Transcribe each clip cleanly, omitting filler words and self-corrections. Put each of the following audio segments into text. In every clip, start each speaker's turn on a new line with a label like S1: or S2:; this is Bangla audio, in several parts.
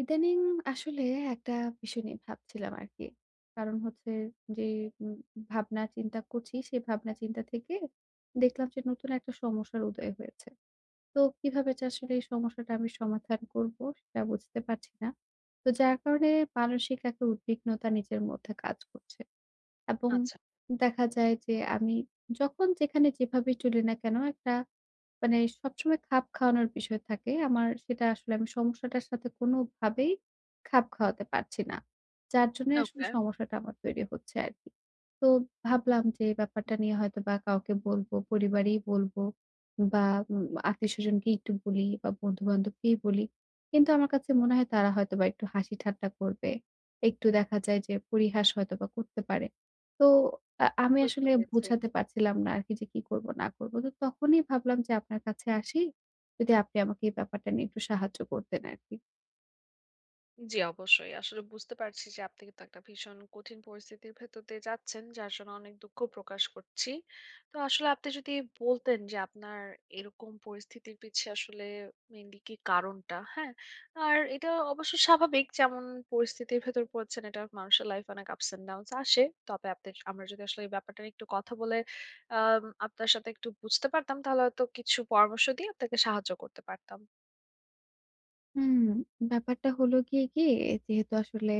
S1: ইদানিং আসলে একটা বিষয় নিয়ে ভাবছিলাম আরকি। কারণ হচ্ছে যে উম ভাবনা চিন্তা করছি, সেই ভাবনা চিন্তা থেকে দেখলাম যে নতুন একটা সমস্যার উদয় হয়েছে। তো কিভাবে যে আসলে এই সমস্যাটা আমি সমাধান করব সেটা বুঝতে পারছি না। তো যার কারণে মানসিক একটা উদ্বিগ্নতা নিজের মধ্যে কাজ করছে। এবং
S2: আচ্ছা।
S1: দেখা যায় যে আমি যখন যেখানে যেভাবেই চলি না কেন একটা মানে সবসময় খাপ খাওয়ানোর বিষয় থাকে। আমার সেটা আসলে আমি সমস্যাটার সাথে কোনোভাবেই খাপ খাওয়াতে পারছি না। যার জন্যই আসলে
S2: ওকে।
S1: সমস্যাটা আমার তৈরি হচ্ছে আরকি। তো ভাবলাম যে এই ব্যাপারটা নিয়ে হয়তোবা কাউকে বলবো, পরিবারেই বলবো বা উম আত্মীয়স্বজনকে একটু বলি বা বন্ধু-বান্ধবকেই বলি। কিন্তু আমার কাছে মনে হয় তারা হয়তোবা একটু হাসি ঠাট্টা করবে। একটু দেখা যায় যে পরিহাস হয়তোবা করতে পারে। তো আমি
S2: বুঝতে
S1: আসলে
S2: পেরেছি।
S1: বোঝাতে পারছিলাম না আরকি যে কি করব না করব। তো তখনই ভাবলাম যে আপনার কাছে আসি। যদি আপনি আমাকে এই ব্যাপারটা নিয়ে একটু সাহায্য করতেন আরকি।
S2: জি, অবশ্যই। আসলে বুঝতে পারছি যে আপনি কিন্তু একটা ভীষণ কঠিন পরিস্থিতির ভেতর দিয়ে যাচ্ছেন, যার জন্য অনেক দুঃখ প্রকাশ করছি। তো আসলে আপনি যদি বলতেন যে আপনার এরকম পরিস্থিতির পিছে আসলে মেইনলি কি কারণটা, হ্যাঁ? আর এটা অবশ্য স্বাভাবিক, যেমন পরিস্থিতির ভেতর পড়ছেন, এটা মানুষের লাইফে অনেক ups and downs আসে। তবে আপনি, আমরা যদি আসলে এই ব্যাপারটা নিয়ে একটু কথা বলে আপনার সাথে একটু বুঝতে পারতাম, তাহলে হয়তো কিছু পরামর্শ দিয়ে আপনাকে সাহায্য করতে পারতাম।
S1: হুম, ব্যাপারটা হলো গিয়ে কি, যেহেতু আসলে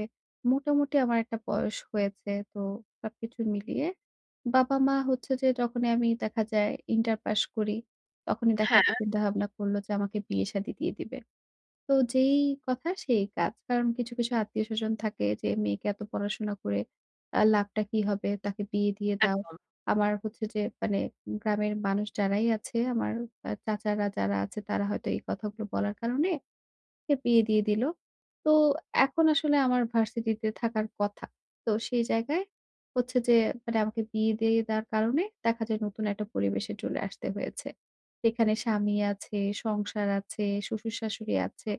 S1: মোটামুটি আমার একটা বয়স হয়েছে তো সবকিছু মিলিয়ে বাবা-মা হচ্ছে যে, যখনই আমি দেখা যায় ইন্টার পাস করি তখনই দেখা
S2: হ্যাঁ।
S1: যায় চিন্তাভাবনা করল যে আমাকে বিয়ে-শাদী দিয়ে দিবে। তো যেই কথা সেই কাজ। কারণ কিছু, কিছু আত্মীয়স্বজন থাকে যে, মেয়েকে এত পড়াশোনা করে লাভটা কি হবে? তাকে বিয়ে দিয়ে দাও।
S2: একদম।
S1: আমার হচ্ছে যে মানে গ্রামের মানুষ যারাই আছে, আমার চাচারা যারা আছে তারা হয়তো এই কথাগুলো বলার কারণে কে বিয়ে দিয়ে দিল। তো এখন আসলে আমার ভার্সিটিতে থাকার কথা। তো সেই জায়গায় হচ্ছে যে, মানে আমাকে বিয়ে দিয়ে দেওয়ার কারণে দেখা যায় নতুন একটা পরিবেশে চলে আসতে হয়েছে। সেখানে স্বামী আছে, সংসার আছে, শ্বশুর-শাশুড়ি আছে।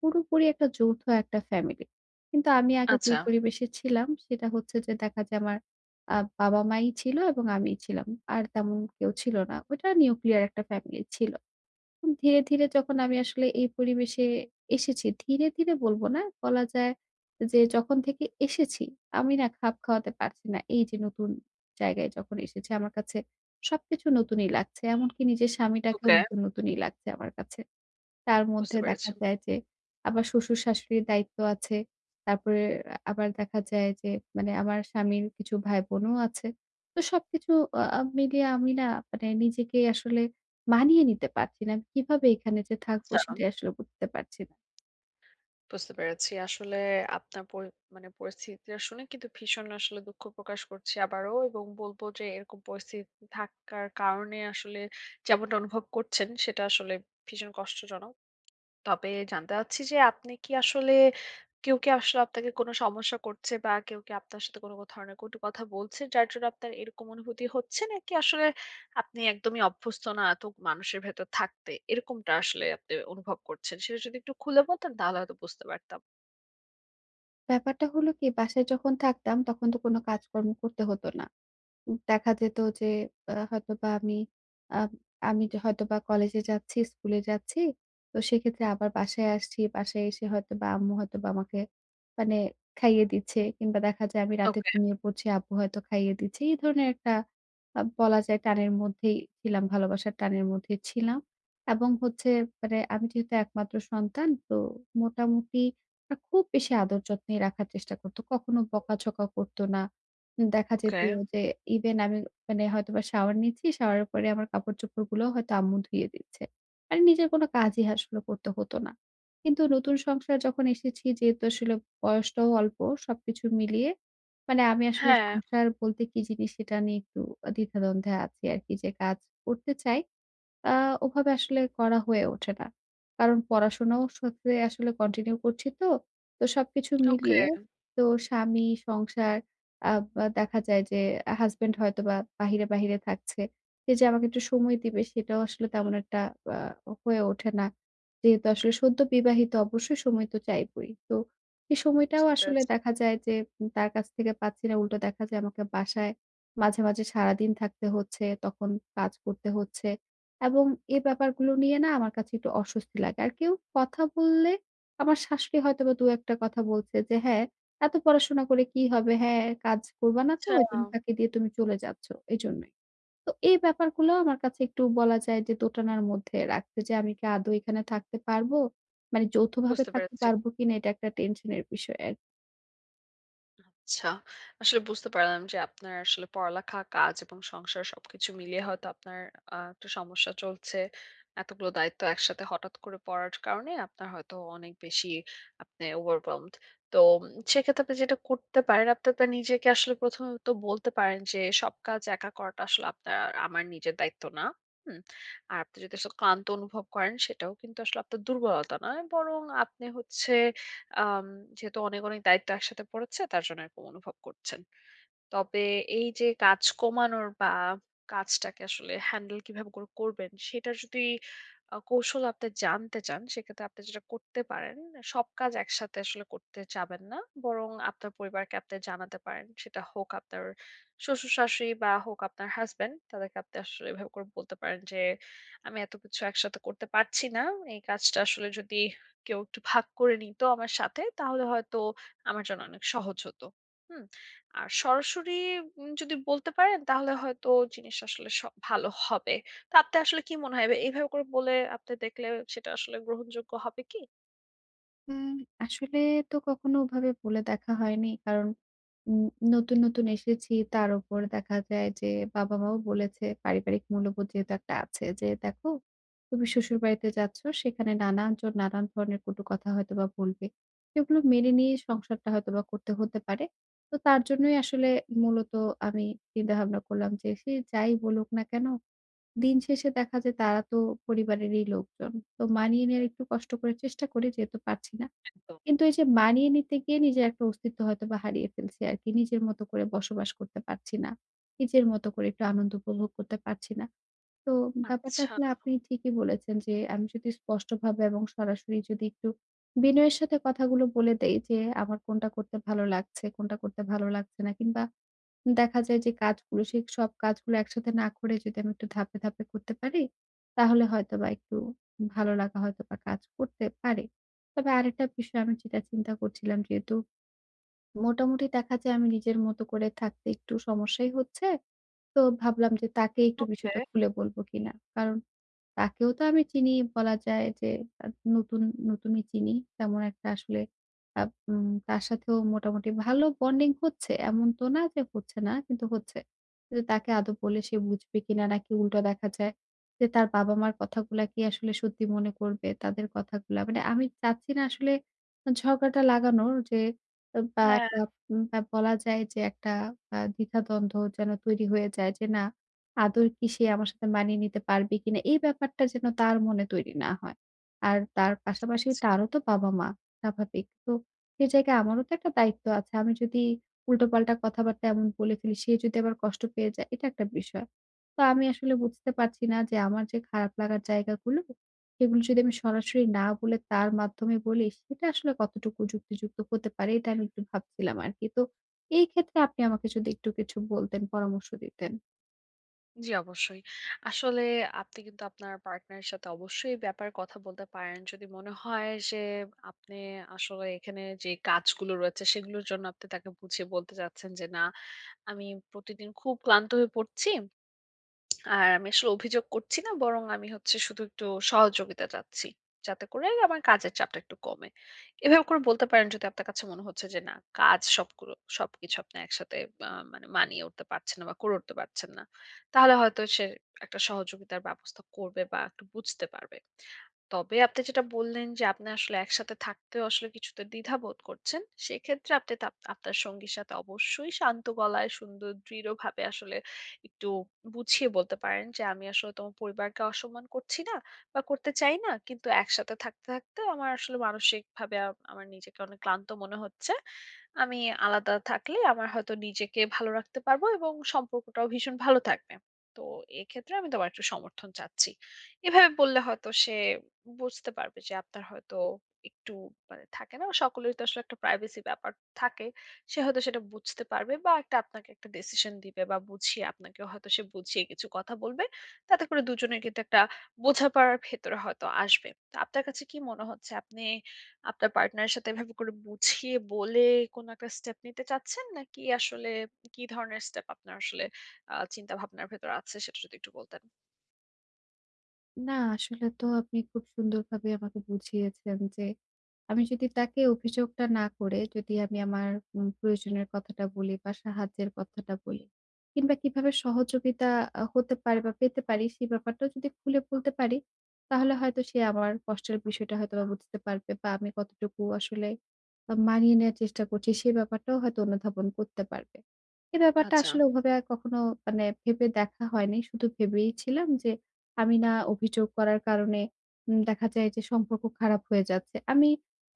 S1: পুরোপুরি একটা যৌথ একটা ফ্যামিলি। কিন্তু আমি আগে যে
S2: আচ্ছা।
S1: পরিবেশে ছিলাম সেটা হচ্ছে যে, দেখা যায় আমার বাবা-মাই ছিল এবং আমিই ছিলাম। আর তেমন কেউ ছিল না। ওইটা নিউক্লিয়ার একটা ফ্যামিলি ছিল। ধীরে, ধীরে যখন আমি আসলে এই পরিবেশে এসেছি, ধীরে, ধীরে বলব না। বলা যায় যে, যখন থেকে এসেছি, আমি না খাপ খাওয়াতে পারছি না। এই যে নতুন জায়গায় যখন এসেছি, আমার কাছে সবকিছু নতুনই লাগছে। এমনকি নিজের স্বামীটাকেও
S2: ওকে,
S1: নতুন, নতুনই লাগছে আমার কাছে। তার
S2: বুঝতে
S1: মধ্যে দেখা
S2: পেরেছি।
S1: যায় যে আবার শ্বশুর-শাশুড়ির দায়িত্ব আছে। তারপরে আবার দেখা যায় যে মানে আমার স্বামীর কিছু ভাই-বোনও আছে। তো সবকিছু আ আ মিলিয়ে আমি না মানে নিজেকে আসলে মানিয়ে নিতে পারছি না। কিভাবে এখানে যে থাকবো
S2: আচ্ছা,
S1: সেটাই আসলে বুঝতে পারছি না।
S2: বুঝতে পেরেছি। আসলে আপনার মানে পরিস্থিতিটা শুনে কিন্তু ভীষণ আসলে দুঃখ প্রকাশ করছি আবারও, এবং বলব যে এরকম পরিস্থিতি থাকার কারণে আসলে যেমনটা অনুভব করছেন সেটা আসলে ভীষণ কষ্টজনক। তবে জানতে চাচ্ছি যে আপনি কি আসলে কেউ কি আসলে আপনাকে কোনো সমস্যা করছে, বা কেউ কি আপনার সাথে কোনো ধরনের কটু কথা বলছে যার জন্য আপনার এরকম অনুভূতি হচ্ছে, নাকি আসলে আপনি একদমই অভ্যস্ত না এত মানুষের ভেতর থাকতে, এরকমটা আসলে আপনি অনুভব করছেন? সেটা যদি একটু খুলে বলতেন তাহলে হয়তো বুঝতে পারতাম।
S1: ব্যাপারটা হলো কি, বাসায় যখন থাকতাম তখন তো কোনো কাজকর্ম করতে হতো না। দেখা যেত যে আ হয়তোবা আমি আ আমি যে হয়তোবা কলেজে যাচ্ছি, স্কুলে যাচ্ছি। তো সেক্ষেত্রে আবার বাসায় আসছি। বাসায় এসে হয়তোবা আম্মু হয়তোবা আমাকে মানে খাইয়ে দিচ্ছে, কিংবা দেখা যায় আমি রাতে
S2: ওকে।
S1: ঘুমিয়ে পড়ছি, আব্বু হয়তো খাইয়ে দিচ্ছে। এই ধরনের একটা বলা যায় টানের মধ্যেই ছিলাম, ভালোবাসার টানের মধ্যে ছিলাম। এবং হচ্ছে মানে আমি যেহেতু একমাত্র সন্তান তো মোটামুটি খুব বেশি আদর যত্নে রাখার চেষ্টা করত। কখনো বকাঝকা করত না। দেখা যেত
S2: ওকে।
S1: যে ইভেন আমি মানে হয়তোবা শাওয়ার নিচ্ছি, শাওয়ারের পরে আমার কাপড়-চোপড়গুলোও হয়তো আম্মু ধুয়ে দিচ্ছে। মানে নিজের কোনো কাজই আসলে করতে হতো না। কিন্তু নতুন সংসারে যখন এসেছি, যেহেতু আসলে বয়সটাও অল্প, সবকিছু মিলিয়ে মানে আমি আসলে
S2: হ্যাঁ।
S1: সংসার বলতে কি জিনিস সেটা নিয়ে একটু দ্বিধাদ্বন্দ্বে আছি আরকি, যে কাজ করতে চাই। আ ওভাবে আসলে করা হয়ে ওঠে না। কারণ পড়াশোনাও সাথে আসলে কন্টিনিউ করছি তো। তো সবকিছু
S2: ওকে,
S1: মিলিয়ে তো স্বামী, সংসার, আ বা দেখা যায় যে হাসব্যান্ড হয়তোবা বাহিরে, বাহিরে থাকছে। সে যে আমাকে একটু সময় দিবে সেটাও আসলে তেমন একটা আ হয়ে ওঠে না। যেহেতু আসলে সদ্য বিবাহিত, অবশ্যই সময় তো চাইবই। তো সেই সময়টাও
S2: বুঝতে
S1: আসলে
S2: পেরেছি।
S1: দেখা যায় যে তার কাছ থেকে পাচ্ছি না। উল্টো দেখা যায় আমাকে বাসায় মাঝে, মাঝে সারাদিন থাকতে হচ্ছে। তখন কাজ করতে হচ্ছে। এবং এই ব্যাপারগুলো নিয়ে না আমার কাছে একটু অস্বস্তি লাগে। আর কেউ কথা বললে, আমার শাশুড়ি হয়তোবা ২-১ টা কথা বলছে যে, "হ্যাঁ, এত পড়াশোনা করে কি হবে? হ্যাঁ, কাজ করবা না তো
S2: আচ্ছা,
S1: এজন্য ফাঁকি দিয়ে তুমি চলে যাচ্ছ।" এজন্যই। তো এই ব্যাপারগুলো আমার কাছে একটু বলা যায় যে দোটানার মধ্যে রাখছে যে, আমি কি আদৌ এখানে থাকতে পারবো? মানে যৌথভাবে
S2: বুঝতে
S1: থাকতে
S2: পেরেছি।
S1: পারবো কিনা, এটা একটা টেনশনের বিষয় আরকি।
S2: আচ্ছা। আসলে বুঝতে পারলাম যে আপনার আসলে পড়ালেখা, কাজ এবং সংসার সবকিছু মিলিয়ে হয়তো আপনার একটা সমস্যা চলছে। এতগুলো দায়িত্ব একসাথে হঠাৎ করে পড়ার কারণে আপনার হয়তো অনেক বেশি, আপনি overwhelmed। তো সেক্ষেত্রে আপনি যেটা করতে পারেন, আপনি আপনার নিজেকে আসলে প্রথমত বলতে পারেন যে সব কাজ একা করাটা আসলে আপনার আর আমার নিজের দায়িত্ব না। হুম? আর আপনি যদি আসলে ক্লান্ত অনুভব করেন সেটাও কিন্তু আসলে আপনার দুর্বলতা নয়। বরং আপনি হচ্ছে আম যেহেতু অনেক, অনেক দায়িত্ব একসাথে পড়েছে তার জন্য এরকম অনুভব করছেন। তবে এই যে কাজ কমানোর বা কাজটাকে আসলে হ্যান্ডেল কিভাবে করে করবেন সেটার যদি কৌশল আপনি জানতে চান, সেক্ষেত্রে আপনি যেটা করতে পারেন, সব কাজ একসাথে আসলে করতে চাবেন না। বরং আপনার পরিবারকে আপনি জানাতে পারেন। সেটা হোক আপনার শ্বশুর-শাশুড়ি বা হোক আপনার হাসব্যান্ড, তাদেরকে আপনি আসলে এভাবে করে বলতে পারেন যে, "আমি এত কিছু একসাথে করতে পারছি না। এই কাজটা আসলে যদি কেউ একটু ভাগ করে নিত আমার সাথে, তাহলে হয়তো আমার জন্য অনেক সহজ হতো।" হুম? আর সরাসরি যদি বলতে পারেন তাহলে হয়তো জিনিসটা আসলে ভালো হবে। তো আপনার আসলে কি মনে হয়, এইভাবে করে বলে আপনি দেখলে সেটা আসলে গ্রহণযোগ্য হবে কি?
S1: উম আসলে তো কখনো ওভাবে বলে দেখা হয়নি। কারণ উম নতুন, নতুন এসেছি। তার উপর দেখা যায় যে বাবা-মাও বলেছে, পারিবারিক মূল্যবোধ যেহেতু একটা আছে, যে, "দেখো, তুমি শ্বশুরবাড়িতে যাচ্ছ, সেখানে নানানজন নানান ধরনের কটু কথা হয়তোবা বলবে। সেগুলো মেনে নিয়ে সংসারটা হয়তোবা করতে হতে পারে।" তো তার জন্যই আসলে মূলত আমি চিন্তাভাবনা করলাম যে, সে যাই বলুক না কেন, দিন শেষে দেখা যায় তারা তো পরিবারেরই লোকজন। তো মানিয়ে নেওয়ার একটু কষ্ট করে চেষ্টা করি, যেহেতু পারছি না।
S2: তো।
S1: কিন্তু এই যে মানিয়ে নিতে গিয়ে নিজের একটা অস্তিত্ব হয়তোবা হারিয়ে ফেলছি আরকি। নিজের মতো করে বসবাস করতে পারছি না। নিজের মতো করে একটু আনন্দ উপভোগ করতে পারছি না। তো ব্যাপারটা
S2: আচ্ছা,
S1: আসলে আপনি ঠিকই বলেছেন যে, আমি যদি স্পষ্টভাবে এবং সরাসরি যদি একটু বিনয়ের সাথে কথাগুলো বলে দেই যে, আমার কোনটা করতে ভালো লাগছে, কোনটা করতে ভালো লাগছে না, কিংবা দেখা যায় যে কাজগুলো, সেই সব কাজগুলো একসাথে না করে যদি আমি একটু ধাপে, ধাপে করতে পারি, তাহলে হয়তোবা একটু ভালো লাগা হয়তোবা কাজ করতে পারে। তবে আরেকটা বিষয় আমি যেটা চিন্তা করছিলাম, যেহেতু মোটামুটি দেখা যায় আমি নিজের মতো করে থাকতে একটু সমস্যাই হচ্ছে। তো ভাবলাম যে তাকে একটু
S2: ওকে।
S1: বিষয়টা খুলে বলব কিনা। কারণ তাকেও তো আমি চিনি, বলা যায় যে আ নতুন, নতুনই চিনি। তেমন একটা আসলে, আ উম তার সাথেও মোটামুটি ভালো বন্ডিং হচ্ছে। এমন তো না যে হচ্ছে না, কিন্তু হচ্ছে। কিন্তু তাকে আদৌ বললে সে বুঝবে কিনা, নাকি উল্টো দেখা যায় যে তার বাবা-মার কথাগুলা কি আসলে সত্যি মনে করবে? তাদের কথাগুলা মানে আমি চাচ্ছি না আসলে ঝগড়াটা লাগানোর যে বা
S2: হ্যাঁ,
S1: একটা বা বলা যায় যে একটা দ্বিধাদ্বন্দ্ব যেন তৈরি হয়ে যায়, যে না, আদৌ কি সে আমার সাথে মানিয়ে নিতে পারবে কিনা, এই ব্যাপারটা যেন তার মনে তৈরি না হয়। আর তার
S2: বুঝতে
S1: পাশাপাশি
S2: পারছি।
S1: তারও তো বাবা-মা স্বাভাবিক। তো সে জায়গায় আমারও তো একটা দায়িত্ব আছে। আমি যদি উল্টোপাল্টা কথাবার্তা এমন বলে ফেলি, সে যদি আবার কষ্ট পেয়ে যায়, এটা একটা বিষয়। তো আমি আসলে বুঝতে পারছি না যে আমার যে খারাপ লাগার জায়গাগুলো, সেগুলো যদি আমি সরাসরি না বলে তার মাধ্যমে বলি, সেটা আসলে কতটুকু যুক্তিযুক্ত হতে পারে, এটা আমি একটু ভাবছিলাম আরকি। তো এই ক্ষেত্রে আপনি আমাকে যদি একটু কিছু বলতেন, পরামর্শ দিতেন।
S2: জি, অবশ্যই। আসলে আপনি কিন্তু আপনার পার্টনারের সাথে অবশ্যই এই ব্যাপারে কথা বলতে পারেন। যদি মনে হয় যে আপনি আসলে এখানে যে কাজগুলো রয়েছে সেগুলোর জন্য আপনি তাকে বুঝিয়ে বলতে চাচ্ছেন যে, "না, আমি প্রতিদিন খুব ক্লান্ত হয়ে পড়ছি।" আর আমি আসলে অভিযোগ করছি না, বরং আমি হচ্ছে শুধু একটু সহযোগিতা চাচ্ছি। যাতে করে আমার কাজের চাপটা একটু কমে। এভাবে করে বলতে পারেন, যদি আপনার কাছে মনে হচ্ছে যে না, কাজ সবগুলো সবকিছু আপনি একসাথে মানে মানিয়ে উঠতে পারছেন না বা করে উঠতে পারছেন না। তাহলে হয়তো সে একটা সহযোগিতার ব্যবস্থা করবে বা একটু বুঝতে পারবে। তবে আপনি যেটা বললেন যে আপনি আসলে একসাথে থাকতেও আসলে কিছুটা দ্বিধাবোধ করছেন। সেক্ষেত্রে আপনি আপনার সঙ্গীর সাথে অবশ্যই শান্ত গলায় সুন্দর দৃঢ়ভাবে আসলে একটু বুঝিয়ে বলতে পারেন যে, আমি আসলে তোমার পরিবারকে অসম্মান করছি না বা করতে চাই না, কিন্তু একসাথে থাকতে থাকতে আমার আসলে মানসিক ভাবে আমার নিজেকে অনেক ক্লান্ত মনে হচ্ছে। আমি আলাদা থাকলে আমার হয়তো নিজেকে ভালো রাখতে পারবো এবং সম্পর্কটাও ভীষণ ভালো থাকবে। তো এক্ষেত্রে আমি তোমার একটু সমর্থন চাচ্ছি। এভাবে বললে হয়তো সে বুঝতে পারবে যে আপনার হয়তো একটু মানে থাকে না, সকলের তো আসলে একটা প্রাইভেসি ব্যাপার থাকে। সে হয়তো সেটা বুঝতে পারবে বা একটা আপনাকে একটা ডিসিশন দিবে, বা বুঝিয়ে আপনাকেও হয়তো সে বুঝিয়ে কিছু কথা বলবে। তাতে করে দুজনের কিন্তু একটা বোঝাপড়ার ভেতরে হয়তো আসবে। তো আপনার কাছে কি মনে হচ্ছে, আপনি আপনার পার্টনারের সাথে এভাবে করে বুঝিয়ে বলে কোনো একটা স্টেপ নিতে চাচ্ছেন, নাকি আসলে কি ধরনের স্টেপ আপনার আসলে চিন্তা ভাবনার ভেতর আছে, সেটা যদি একটু বলতেন।
S1: না, আসলে তো আপনি খুব সুন্দরভাবে আমাকে বুঝিয়েছেন যে, আমি যদি তাকে অভিযোগটা না করে, যদি আমি আমার প্রয়োজনের কথাটা বলি বা সাহায্যের কথাটা বলি, কিংবা কিভাবে সহযোগিতা হতে পারে বা পেতে পারি সেই ব্যাপারটাও যদি খুলে বলতে পারি, তাহলে হয়তো সে আমার কষ্টের বিষয়টা হয়তোবা বুঝতে পারবে, বা আমি কতটুকু আসলে মানিয়ে নেয়ার চেষ্টা করছি সেই ব্যাপারটাও হয়তো অনুধাবন করতে পারবে। এই ব্যাপারটা
S2: আচ্ছা।
S1: আসলে ওভাবে আর কখনো মানে ভেবে দেখা হয়নি। শুধু ভেবেই ছিলাম যে আমি না অভিযোগ করার কারণে দেখা যায় যে সম্পর্ক খারাপ হয়ে যাচ্ছে। আমি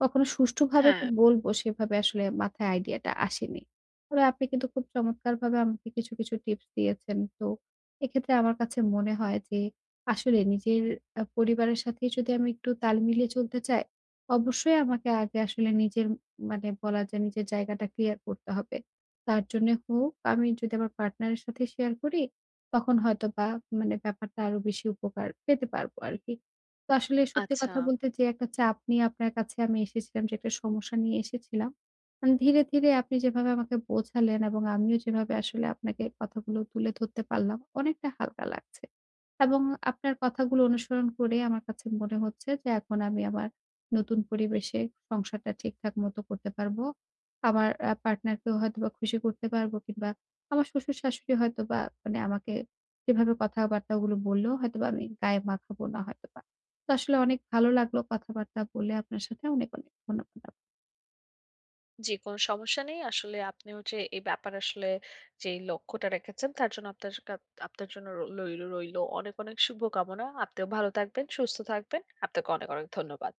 S1: কখনো সুষ্ঠুভাবে
S2: হ্যাঁ।
S1: যে বলব, সেভাবে আসলে মাথায় আইডিয়াটা আসেনি। তবে আপনি কিন্তু খুব চমৎকারভাবে আমাকে কিছু, কিছু টিপস দিয়েছেন। তো এক্ষেত্রে আমার কাছে মনে হয় যে, আসলে নিজের পরিবারের সাথে যদি আমি একটু তাল মিলিয়ে চলতে চাই, অবশ্যই আমাকে আগে আসলে নিজের, মানে বলা যায় নিজের জায়গাটা ক্লিয়ার করতে হবে। তার জন্যে হোক আমি যদি আমার পার্টনারের সাথে শেয়ার করি, তখন হয়তোবা মানে ব্যাপারটা আরো বেশি উপকার পেতে পারবো আরকি। তো আসলে সত্যি
S2: আচ্ছা।
S1: কথা বলতে যে, একটা চাপ নিয়ে আপনার কাছে আমি এসেছিলাম, যে একটা সমস্যা নিয়ে এসেছিলাম। মানে ধীরে, ধীরে আপনি যেভাবে আমাকে বোঝালেন এবং আমিও যেভাবে আসলে আপনাকে কথাগুলো তুলে ধরতে পারলাম, অনেকটা হালকা লাগছে। এবং আপনার কথাগুলো অনুসরণ করে আমার কাছে মনে হচ্ছে যে, এখন আমি আমার নতুন পরিবেশে সংসারটা ঠিকঠাক মতো করতে পারবো। আমার পার্টনারকেও হয়তোবা খুশি করতে পারবো, কিংবা আমার শ্বশুর-শাশুড়ি হয়তোবা মানে আমাকে যেভাবে কথাবার্তাগুলো বলল হয়তোবা আমি গায়ে মাখাবো না হয়তোবা। তো আসলে অনেক ভালো লাগলো কথাবার্তা বলে আপনার সাথে। অনেক, অনেক ধন্যবাদ।
S2: জি, কোনো সমস্যা নেই। আসলে আপনিও যে এই ব্যাপারে আসলে যেই লক্ষ্যটা রেখেছেন, তার জন্য আপনার জন্য রইল রইল অনেক, অনেক শুভকামনা। আপনিও ভালো থাকবেন, সুস্থ থাকবেন। আপনাকে অনেক, অনেক ধন্যবাদ।